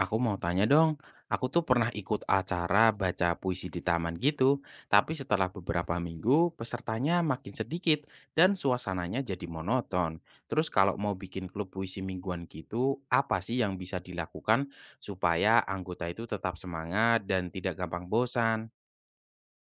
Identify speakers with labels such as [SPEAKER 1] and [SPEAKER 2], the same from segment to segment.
[SPEAKER 1] Aku mau tanya dong, aku tuh pernah ikut acara baca puisi di taman gitu, tapi setelah beberapa minggu pesertanya makin sedikit dan suasananya jadi monoton. Terus kalau mau bikin klub puisi mingguan gitu, apa sih yang bisa dilakukan supaya anggota itu tetap semangat dan tidak gampang bosan?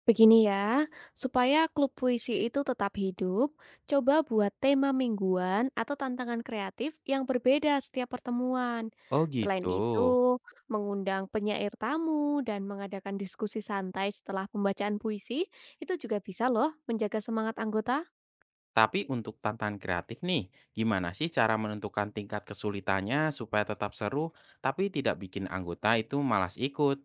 [SPEAKER 2] Begini ya, supaya klub puisi itu tetap hidup, coba buat tema mingguan atau tantangan kreatif yang berbeda setiap pertemuan.
[SPEAKER 1] Oh
[SPEAKER 2] Selain
[SPEAKER 1] gitu.
[SPEAKER 2] itu, mengundang penyair tamu dan mengadakan diskusi santai setelah pembacaan puisi itu juga bisa loh menjaga semangat anggota.
[SPEAKER 1] Tapi untuk tantangan kreatif nih, gimana sih cara menentukan tingkat kesulitannya supaya tetap seru, tapi tidak bikin anggota itu malas ikut?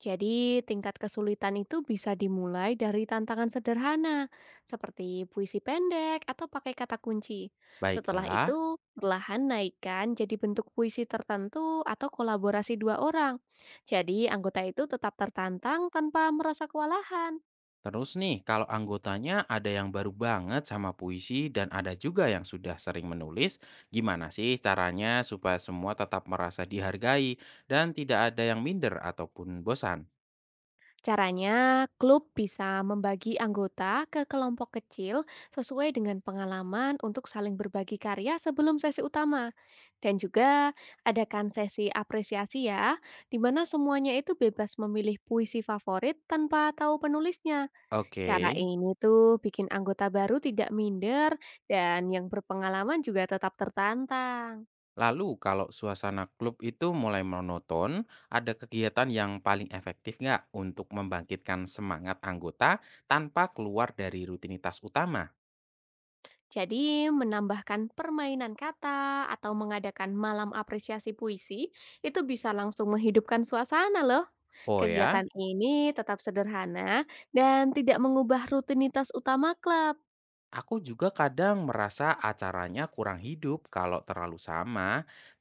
[SPEAKER 2] Jadi, tingkat kesulitan itu bisa dimulai dari tantangan sederhana, seperti puisi pendek atau pakai kata kunci. Setelah
[SPEAKER 1] Baiklah.
[SPEAKER 2] itu, perlahan naikkan jadi bentuk puisi tertentu atau kolaborasi dua orang. Jadi, anggota itu tetap tertantang tanpa merasa kewalahan.
[SPEAKER 1] Terus nih, kalau anggotanya ada yang baru banget sama puisi dan ada juga yang sudah sering menulis, gimana sih caranya supaya semua tetap merasa dihargai dan tidak ada yang minder ataupun bosan?
[SPEAKER 2] Caranya, klub bisa membagi anggota ke kelompok kecil sesuai dengan pengalaman untuk saling berbagi karya sebelum sesi utama. Dan juga adakan sesi apresiasi ya, di mana semuanya itu bebas memilih puisi favorit tanpa tahu penulisnya.
[SPEAKER 1] Oke,
[SPEAKER 2] Cara ini tuh bikin anggota baru tidak minder dan yang berpengalaman juga tetap tertantang.
[SPEAKER 1] lalu kalau suasana klub itu mulai monoton, ada kegiatan yang paling efektif nggak untuk membangkitkan semangat anggota tanpa keluar dari rutinitas utama?
[SPEAKER 2] Jadi, menambahkan permainan kata atau mengadakan malam apresiasi puisi itu bisa langsung menghidupkan suasana loh.
[SPEAKER 1] Oh
[SPEAKER 2] Kegiatan
[SPEAKER 1] ya.
[SPEAKER 2] ini tetap sederhana dan tidak mengubah rutinitas utama klub.
[SPEAKER 1] Aku juga kadang merasa acaranya kurang hidup kalau terlalu sama,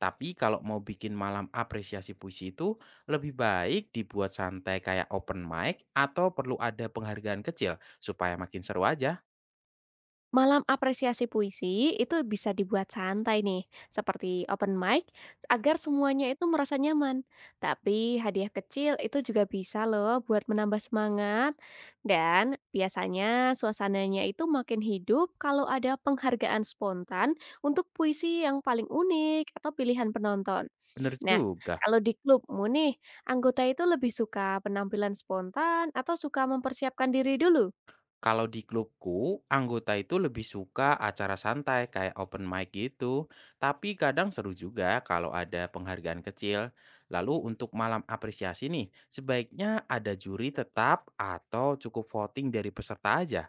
[SPEAKER 1] tapi kalau mau bikin malam apresiasi puisi itu lebih baik dibuat santai kayak open mic atau perlu ada penghargaan kecil supaya makin seru aja.
[SPEAKER 2] Malam apresiasi puisi itu bisa dibuat santai nih, seperti open mic, agar semuanya itu merasa nyaman. Tapi hadiah kecil itu juga bisa loh buat menambah semangat. Dan biasanya suasananya itu makin hidup kalau ada penghargaan spontan untuk puisi yang paling unik atau pilihan penonton.
[SPEAKER 1] Bener
[SPEAKER 2] Nah,
[SPEAKER 1] juga.
[SPEAKER 2] kalau di klubmu nih, anggota itu lebih suka penampilan spontan atau suka mempersiapkan diri dulu?
[SPEAKER 1] Kalau di klubku, anggota itu lebih suka acara santai kayak open mic gitu. Tapi kadang seru juga kalau ada penghargaan kecil. Lalu untuk malam apresiasi nih, sebaiknya ada juri tetap atau cukup voting dari peserta aja?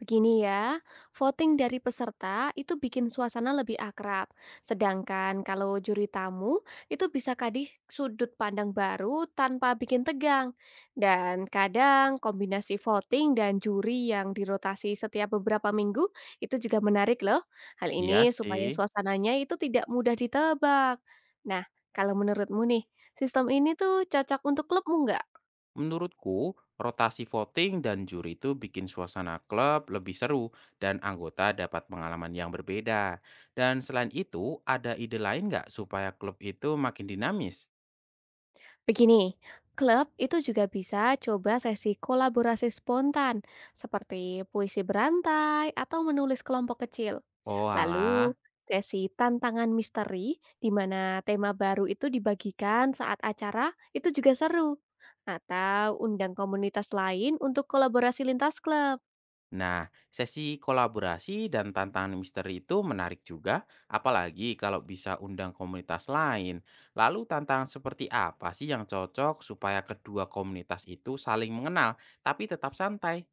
[SPEAKER 2] Begini ya, voting dari peserta itu bikin suasana lebih akrab. Sedangkan kalau juri tamu itu bisa kadih sudut pandang baru tanpa bikin tegang. Dan kadang kombinasi voting dan juri yang dirotasi setiap beberapa minggu itu juga menarik loh. Hal
[SPEAKER 1] Iya
[SPEAKER 2] ini supaya
[SPEAKER 1] sih.
[SPEAKER 2] suasananya itu tidak mudah ditebak. Nah, kalau menurutmu nih, sistem ini tuh cocok untuk klubmu nggak?
[SPEAKER 1] Menurutku, rotasi voting dan juri itu bikin suasana klub lebih seru dan anggota dapat pengalaman yang berbeda. Dan selain itu, ada ide lain nggak supaya klub itu makin dinamis?
[SPEAKER 2] Begini, klub itu juga bisa coba sesi kolaborasi spontan, seperti puisi berantai atau menulis kelompok kecil.
[SPEAKER 1] Oh alah.
[SPEAKER 2] Lalu, sesi tantangan misteri, di mana tema baru itu dibagikan saat acara, itu juga seru. Atau undang komunitas lain untuk kolaborasi lintas klub.
[SPEAKER 1] Nah, sesi kolaborasi dan tantangan misteri itu menarik juga, apalagi kalau bisa undang komunitas lain. Lalu tantangan seperti apa sih yang cocok supaya kedua komunitas itu saling mengenal tapi tetap santai?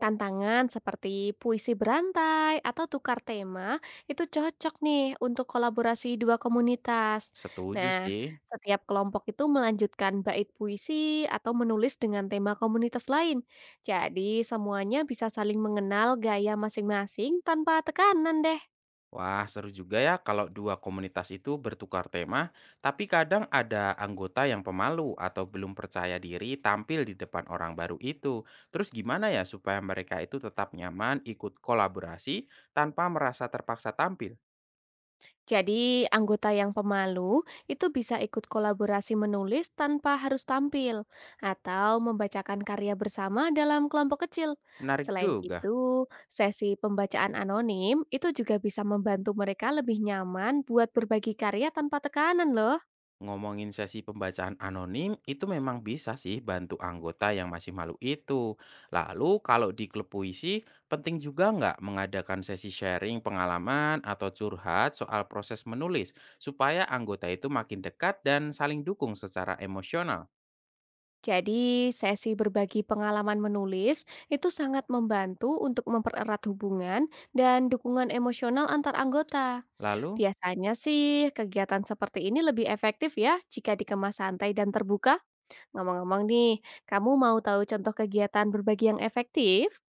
[SPEAKER 2] Tantangan seperti puisi berantai atau tukar tema itu cocok nih untuk kolaborasi dua komunitas.
[SPEAKER 1] Setuju
[SPEAKER 2] Nah,
[SPEAKER 1] sih.
[SPEAKER 2] setiap kelompok itu melanjutkan bait puisi atau menulis dengan tema komunitas lain. Jadi, semuanya bisa saling mengenal gaya masing-masing tanpa tekanan deh.
[SPEAKER 1] Wah, seru juga ya kalau dua komunitas itu bertukar tema, tapi kadang ada anggota yang pemalu atau belum percaya diri tampil di depan orang baru itu. Terus gimana ya supaya mereka itu tetap nyaman ikut kolaborasi tanpa merasa terpaksa tampil?
[SPEAKER 2] Jadi, anggota yang pemalu itu bisa ikut kolaborasi menulis tanpa harus tampil atau membacakan karya bersama dalam kelompok kecil.
[SPEAKER 1] Menarik
[SPEAKER 2] Selain
[SPEAKER 1] juga.
[SPEAKER 2] itu, sesi pembacaan anonim itu juga bisa membantu mereka lebih nyaman buat berbagi karya tanpa tekanan loh.
[SPEAKER 1] Ngomongin sesi pembacaan anonim itu memang bisa sih bantu anggota yang masih malu itu. Lalu kalau di klub puisi, penting juga nggak mengadakan sesi sharing pengalaman atau curhat soal proses menulis supaya anggota itu makin dekat dan saling dukung secara emosional.
[SPEAKER 2] Jadi, sesi berbagi pengalaman menulis itu sangat membantu untuk mempererat hubungan dan dukungan emosional antar anggota.
[SPEAKER 1] Lalu
[SPEAKER 2] Biasanya sih kegiatan seperti ini lebih efektif ya jika dikemas santai dan terbuka. Ngomong-ngomong nih, kamu mau tahu contoh kegiatan berbagi yang efektif?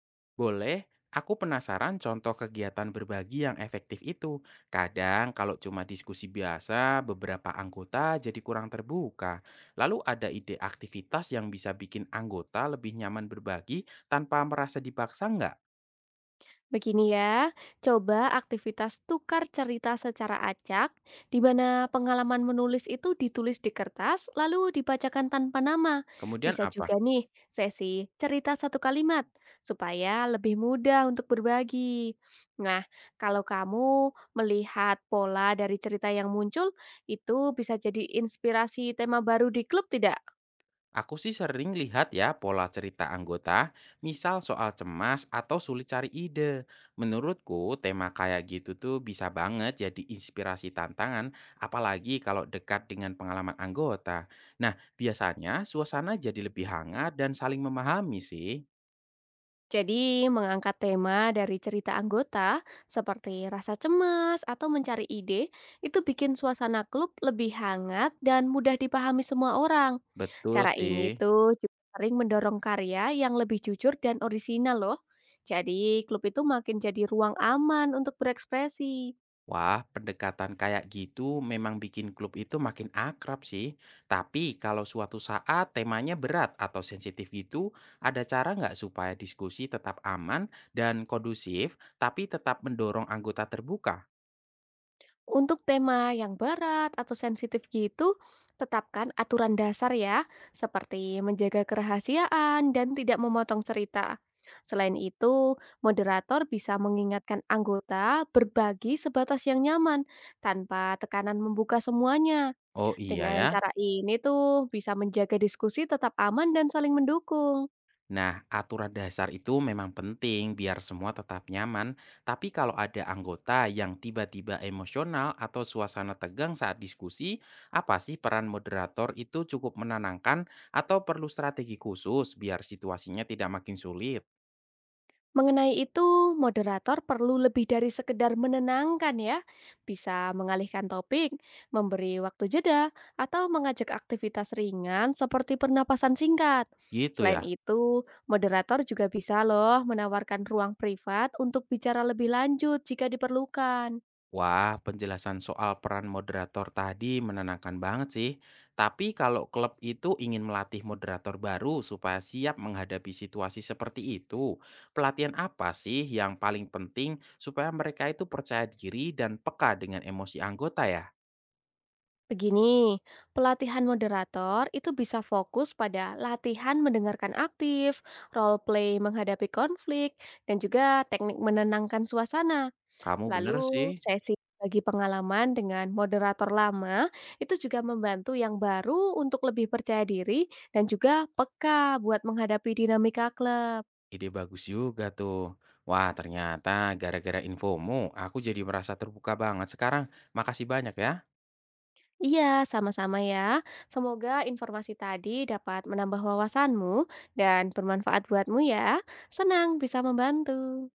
[SPEAKER 1] boleh, aku penasaran contoh kegiatan berbagi yang efektif itu. Kadang kalau cuma diskusi biasa, beberapa anggota jadi kurang terbuka. Lalu ada ide aktivitas yang bisa bikin anggota lebih nyaman berbagi tanpa merasa dipaksa nggak?
[SPEAKER 2] Begini ya, coba aktivitas tukar cerita secara acak, di mana pengalaman menulis itu ditulis di kertas, lalu dibacakan tanpa nama.
[SPEAKER 1] Kemudian
[SPEAKER 2] Bisa
[SPEAKER 1] apa?
[SPEAKER 2] juga nih, sesi cerita satu kalimat, supaya lebih mudah untuk berbagi. Nah, kalau kamu melihat pola dari cerita yang muncul, itu bisa jadi inspirasi tema baru di klub tidak?
[SPEAKER 1] Aku sih sering lihat ya pola cerita anggota, misal soal cemas atau sulit cari ide. Menurutku tema kayak gitu tuh bisa banget jadi inspirasi tantangan, apalagi kalau dekat dengan pengalaman anggota. Nah, biasanya suasana jadi lebih hangat dan saling memahami sih.
[SPEAKER 2] Jadi, mengangkat tema dari cerita anggota seperti rasa cemas atau mencari ide itu bikin suasana klub lebih hangat dan mudah dipahami semua orang.
[SPEAKER 1] Betul
[SPEAKER 2] Cara ini
[SPEAKER 1] sih.
[SPEAKER 2] tuh juga sering mendorong karya yang lebih jujur dan orisinal loh. Jadi, klub itu makin jadi ruang aman untuk berekspresi.
[SPEAKER 1] Wah, pendekatan kayak gitu memang bikin klub itu makin akrab sih. Tapi kalau suatu saat temanya berat atau sensitif gitu, ada cara nggak supaya diskusi tetap aman dan kondusif, tapi tetap mendorong anggota terbuka?
[SPEAKER 2] Untuk tema yang berat atau sensitif gitu, tetapkan aturan dasar ya, seperti menjaga kerahasiaan dan tidak memotong cerita. Selain itu, moderator bisa mengingatkan anggota berbagi sebatas yang nyaman tanpa tekanan membuka semuanya.
[SPEAKER 1] Oh iya
[SPEAKER 2] Dengan
[SPEAKER 1] ya.
[SPEAKER 2] cara ini tuh bisa menjaga diskusi tetap aman dan saling mendukung.
[SPEAKER 1] Nah, aturan dasar itu memang penting biar semua tetap nyaman, tapi kalau ada anggota yang tiba-tiba emosional atau suasana tegang saat diskusi, apa sih peran moderator itu cukup menenangkan atau perlu strategi khusus biar situasinya tidak makin sulit?
[SPEAKER 2] Mengenai itu, moderator perlu lebih dari sekedar menenangkan ya. Bisa mengalihkan topik, memberi waktu jeda, atau mengajak aktivitas ringan seperti pernapasan singkat.
[SPEAKER 1] Gitu
[SPEAKER 2] Selain
[SPEAKER 1] ya.
[SPEAKER 2] itu, moderator juga bisa loh menawarkan ruang privat untuk bicara lebih lanjut jika diperlukan.
[SPEAKER 1] Wah, penjelasan soal peran moderator tadi menenangkan banget sih. Tapi kalau klub itu ingin melatih moderator baru supaya siap menghadapi situasi seperti itu, pelatihan apa sih yang paling penting supaya mereka itu percaya diri dan peka dengan emosi anggota ya?
[SPEAKER 2] Begini, pelatihan moderator itu bisa fokus pada latihan mendengarkan aktif, role play menghadapi konflik, dan juga teknik menenangkan suasana.
[SPEAKER 1] Kamu bener sih.
[SPEAKER 2] Lalu sesi bagi pengalaman dengan moderator lama itu juga membantu yang baru untuk lebih percaya diri dan juga peka buat menghadapi dinamika klub.
[SPEAKER 1] Ide bagus juga tuh. Wah, ternyata gara-gara infomu aku jadi merasa terbuka banget sekarang. Makasih banyak ya.
[SPEAKER 2] Iya, sama-sama ya. Semoga informasi tadi dapat menambah wawasanmu dan bermanfaat buatmu ya. Senang bisa membantu.